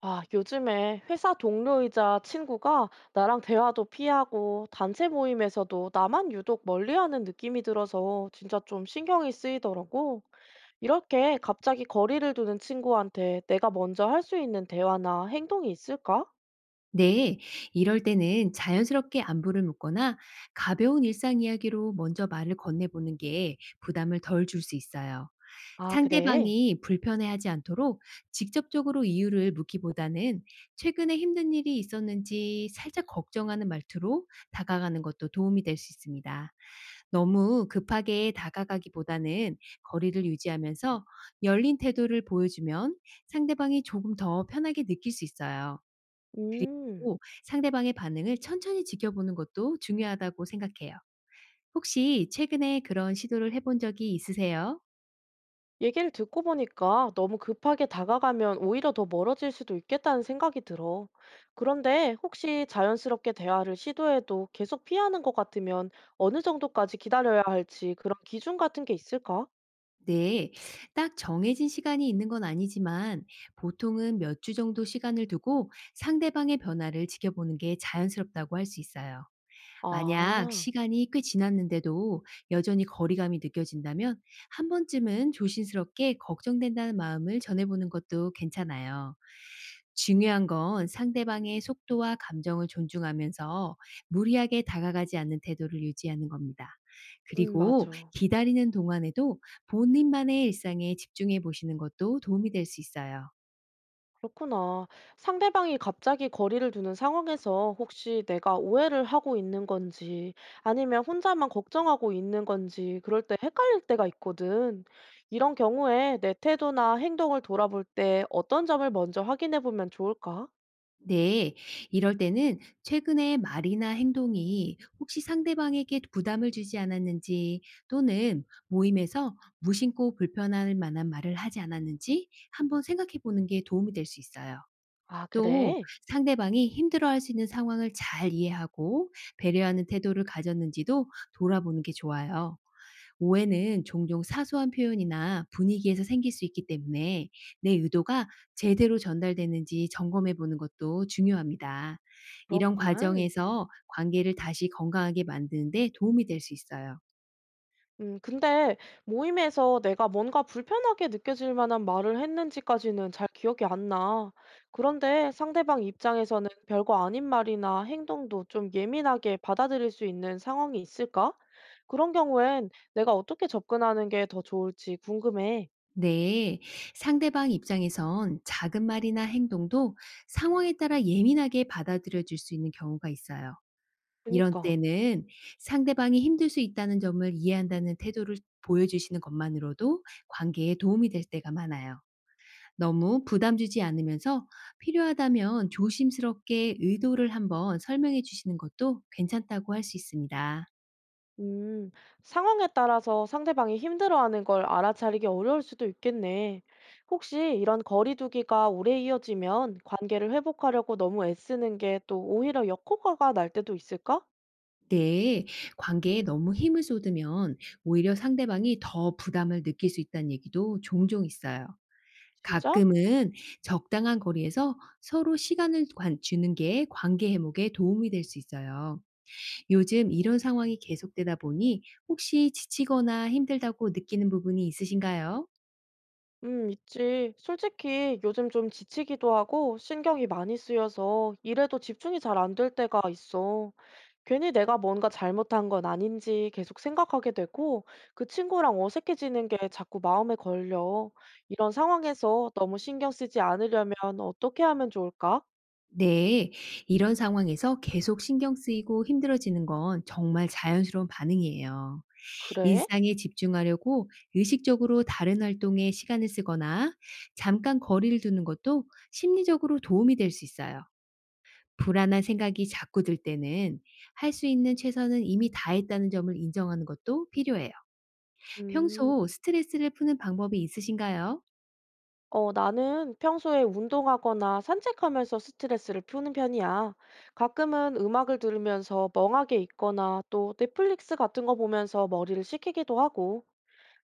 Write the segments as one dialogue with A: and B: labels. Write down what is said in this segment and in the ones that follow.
A: 아, 요즘에 회사 동료이자 친구가 나랑 대화도 피하고 단체 모임에서도 나만 유독 멀리하는 느낌이 들어서 진짜 좀 신경이 쓰이더라고. 이렇게 갑자기 거리를 두는 친구한테 내가 먼저 할 수 있는 대화나 행동이 있을까?
B: 네, 이럴 때는 자연스럽게 안부를 묻거나 가벼운 일상 이야기로 먼저 말을 건네보는 게 부담을 덜 줄 수 있어요.
A: 아, 그래?
B: 상대방이 불편해하지 않도록 직접적으로 이유를 묻기보다는 최근에 힘든 일이 있었는지 살짝 걱정하는 말투로 다가가는 것도 도움이 될 수 있습니다. 너무 급하게 다가가기보다는 거리를 유지하면서 열린 태도를 보여주면 상대방이 조금 더 편하게 느낄 수 있어요.
A: 음.
B: 고 상대방의 반응을 천천히 지켜보는 것도 중요하다고 생각해요. 혹시 최근에 그런 시도를 해본 적이 있으세요?
A: 얘기를 듣고 보니까 너무 급하게 다가가면 오히려 더 멀어질 수도 있겠다는 생각이 들어. 그런데 혹시 자연스럽게 대화를 시도해도 계속 피하는 것 같으면 어느 정도까지 기다려야 할지 그런 기준 같은 게 있을까?
B: 네. 딱 정해진 시간이 있는 건 아니지만 보통은 몇 주 정도 시간을 두고 상대방의 변화를 지켜보는 게 자연스럽다고 할 수 있어요. 만약
A: 아,
B: 시간이 꽤 지났는데도 여전히 거리감이 느껴진다면 한 번쯤은 조심스럽게 걱정된다는 마음을 전해보는 것도 괜찮아요. 중요한 건 상대방의 속도와 감정을 존중하면서 무리하게 다가가지 않는 태도를 유지하는 겁니다. 그리고
A: 맞아.
B: 기다리는 동안에도 본인만의 일상에 집중해 보시는 것도 도움이 될 수 있어요.
A: 그렇구나. 상대방이 갑자기 거리를 두는 상황에서 혹시 내가 오해를 하고 있는 건지 아니면 혼자만 걱정하고 있는 건지 그럴 때 헷갈릴 때가 있거든. 이런 경우에 내 태도나 행동을 돌아볼 때 어떤 점을 먼저 확인해 보면 좋을까?
B: 네, 이럴 때는 최근에 말이나 행동이 혹시 상대방에게 부담을 주지 않았는지 또는 모임에서 무심코 불편할 만한 말을 하지 않았는지 한번 생각해 보는 게 도움이 될 수 있어요.
A: 아,
B: 또
A: 그래?
B: 상대방이 힘들어할 수 있는 상황을 잘 이해하고 배려하는 태도를 가졌는지도 돌아보는 게 좋아요. 오해는 종종 사소한 표현이나 분위기에서 생길 수 있기 때문에 내 의도가 제대로 전달되는지 점검해 보는 것도 중요합니다. 이런
A: 그렇구만.
B: 과정에서 관계를 다시 건강하게 만드는데 도움이 될 수 있어요.
A: 근데 모임에서 내가 뭔가 불편하게 느껴질 만한 말을 했는지까지는 잘 기억이 안 나. 그런데 상대방 입장에서는 별거 아닌 말이나 행동도 좀 예민하게 받아들일 수 있는 상황이 있을까? 그런 경우엔 내가 어떻게 접근하는 게 더 좋을지 궁금해.
B: 네, 상대방 입장에선 작은 말이나 행동도 상황에 따라 예민하게 받아들여 줄 수 있는 경우가 있어요. 이런
A: 그니까.
B: 때는 상대방이 힘들 수 있다는 점을 이해한다는 태도를 보여주시는 것만으로도 관계에 도움이 될 때가 많아요. 너무 부담 주지 않으면서 필요하다면 조심스럽게 의도를 한번 설명해 주시는 것도 괜찮다고 할 수 있습니다.
A: 음, 상황에 따라서 상대방이 힘들어하는 걸 알아차리기 어려울 수도 있겠네. 혹시 이런 거리두기가 오래 이어지면 관계를 회복하려고 너무 애쓰는 게 또 오히려 역효과가 날 때도 있을까?
B: 네, 관계에 너무 힘을 쏟으면 오히려 상대방이 더 부담을 느낄 수 있다는 얘기도 종종 있어요.
A: 진짜?
B: 가끔은 적당한 거리에서 서로 주는 게 관계 회복에 도움이 될 수 있어요. 요즘 이런 상황이 계속되다 보니 혹시 지치거나 힘들다고 느끼는 부분이 있으신가요?
A: 있지. 솔직히 요즘 좀 지치기도 하고 신경이 많이 쓰여서 일에도 집중이 잘 안 될 때가 있어. 괜히 내가 뭔가 잘못한 건 아닌지 계속 생각하게 되고 그 친구랑 어색해지는 게 자꾸 마음에 걸려. 이런 상황에서 너무 신경 쓰지 않으려면 어떻게 하면 좋을까?
B: 네, 이런 상황에서 계속 신경 쓰이고 힘들어지는 건 정말 자연스러운 반응이에요.
A: 그래?
B: 일상에 집중하려고 의식적으로 다른 활동에 시간을 쓰거나 잠깐 거리를 두는 것도 심리적으로 도움이 될 수 있어요. 불안한 생각이 자꾸 들 때는 할 수 있는 최선은 이미 다했다는 점을 인정하는 것도 필요해요. 평소
A: 음.
B: 스트레스를 푸는 방법이 있으신가요?
A: 어, 나는 평소에 운동하거나 산책하면서 스트레스를 푸는 편이야. 가끔은 음악을 들으면서 멍하게 있거나 또 넷플릭스 같은 거 보면서 머리를 식히기도 하고.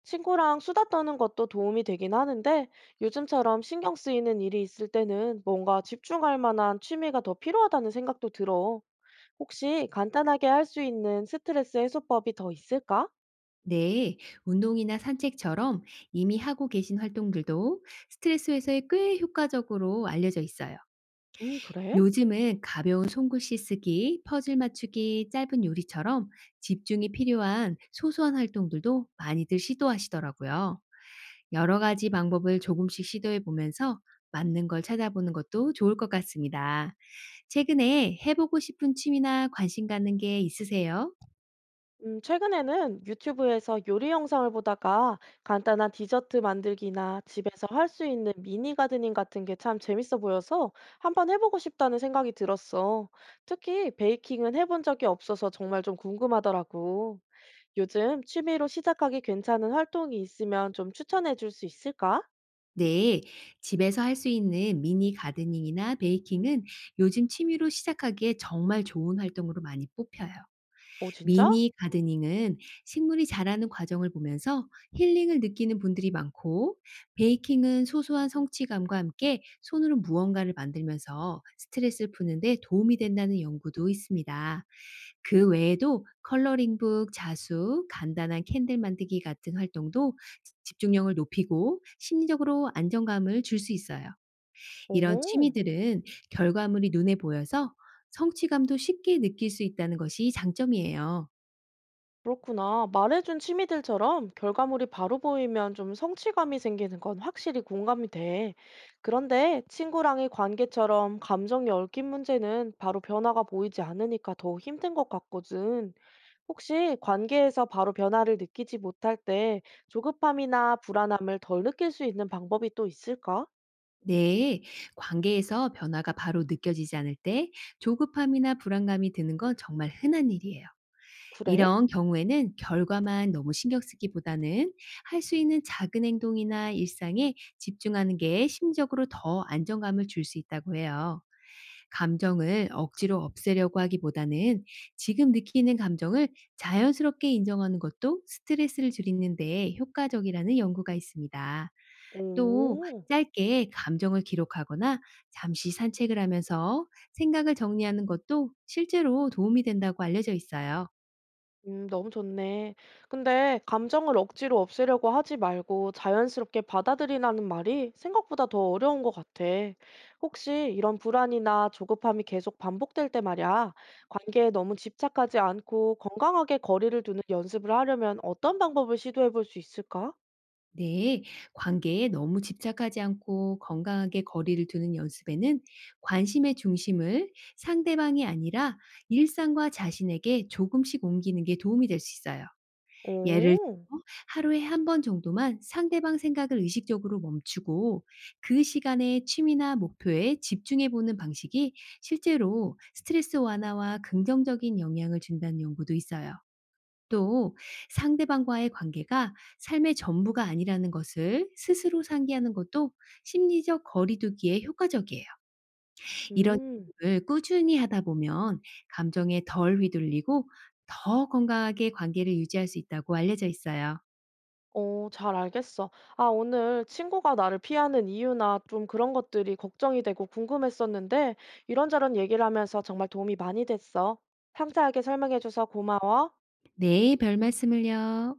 A: 친구랑 수다 떠는 것도 도움이 되긴 하는데 요즘처럼 신경 쓰이는 일이 있을 때는 뭔가 집중할 만한 취미가 더 필요하다는 생각도 들어. 혹시 간단하게 할 수 있는 스트레스 해소법이 더 있을까?
B: 네, 운동이나 산책처럼 이미 하고 계신 활동들도 스트레스 해소에 꽤 효과적으로 알려져 있어요.
A: 그래?
B: 요즘은 가벼운 손글씨 쓰기, 퍼즐 맞추기, 짧은 요리처럼 집중이 필요한 소소한 활동들도 많이들 시도하시더라고요. 여러 가지 방법을 조금씩 시도해 보면서 맞는 걸 찾아보는 것도 좋을 것 같습니다. 최근에 해보고 싶은 취미나 관심 가는 게 있으세요?
A: 최근에는 유튜브에서 요리 영상을 보다가 간단한 디저트 만들기나 집에서 할 수 있는 미니 가드닝 같은 게 참 재밌어 보여서 한번 해보고 싶다는 생각이 들었어. 특히 베이킹은 해본 적이 없어서 정말 좀 궁금하더라고. 요즘 취미로 시작하기 괜찮은 활동이 있으면 좀 추천해 줄 수 있을까?
B: 네, 집에서 할 수 있는 미니 가드닝이나 베이킹은 요즘 취미로 시작하기에 정말 좋은 활동으로 많이 뽑혀요.
A: 어, 진짜?
B: 미니 가드닝은 식물이 자라는 과정을 보면서 힐링을 느끼는 분들이 많고, 베이킹은 소소한 성취감과 함께 손으로 무언가를 만들면서 스트레스를 푸는데 도움이 된다는 연구도 있습니다. 그 외에도 컬러링북, 자수, 간단한 캔들 만들기 같은 활동도 집중력을 높이고 심리적으로 안정감을 줄 수 있어요. 이런
A: 오호.
B: 취미들은 결과물이 눈에 보여서 성취감도 쉽게 느낄 수 있다는 것이 장점이에요.
A: 그렇구나. 말해준 취미들처럼 결과물이 바로 보이면 좀 성취감이 생기는 건 확실히 공감이 돼. 그런데 친구랑의 관계처럼 감정이 얽힌 문제는 바로 변화가 보이지 않으니까 더 힘든 것 같거든. 혹시 관계에서 바로 변화를 느끼지 못할 때 조급함이나 불안함을 덜 느낄 수 있는 방법이 또 있을까?
B: 네, 관계에서 변화가 바로 느껴지지 않을 때 조급함이나 불안감이 드는 건 정말 흔한 일이에요.
A: 그래?
B: 이런 경우에는 결과만 너무 신경 쓰기보다는 할 수 있는 작은 행동이나 일상에 집중하는 게 심적으로 더 안정감을 줄 수 있다고 해요. 감정을 억지로 없애려고 하기보다는 지금 느끼는 감정을 자연스럽게 인정하는 것도 스트레스를 줄이는 데 효과적이라는 연구가 있습니다. 또
A: 오.
B: 짧게 감정을 기록하거나 잠시 산책을 하면서 생각을 정리하는 것도 실제로 도움이 된다고 알려져 있어요.
A: 너무 좋네. 근데 감정을 억지로 없애려고 하지 말고 자연스럽게 받아들이라는 말이 생각보다 더 어려운 것 같아. 혹시 이런 불안이나 조급함이 계속 반복될 때 말이야, 관계에 너무 집착하지 않고 건강하게 거리를 두는 연습을 하려면 어떤 방법을 시도해 볼 수 있을까?
B: 네, 관계에 너무 집착하지 않고 건강하게 거리를 두는 연습에는 관심의 중심을 상대방이 아니라 일상과 자신에게 조금씩 옮기는 게 도움이 될 수 있어요. 예를 들어
A: 오,
B: 하루에 한 번 정도만 상대방 생각을 의식적으로 멈추고 그 시간에 취미나 목표에 집중해 보는 방식이 실제로 스트레스 완화와 긍정적인 영향을 준다는 연구도 있어요. 또 상대방과의 관계가 삶의 전부가 아니라는 것을 스스로 상기하는 것도 심리적 거리두기에 효과적이에요. 이런 일
A: 음.
B: 을 꾸준히 하다 보면 감정에 덜 휘둘리고 더 건강하게 관계를 유지할 수 있다고 알려져 있어요.
A: 어, 잘 알겠어. 아, 오늘 친구가 나를 피하는 이유나 좀 그런 것들이 걱정이 되고 궁금했었는데, 이런저런 얘기를 하면서 정말 도움이 많이 됐어. 상세하게 설명해줘서 고마워.
B: 네, 별 말씀을요.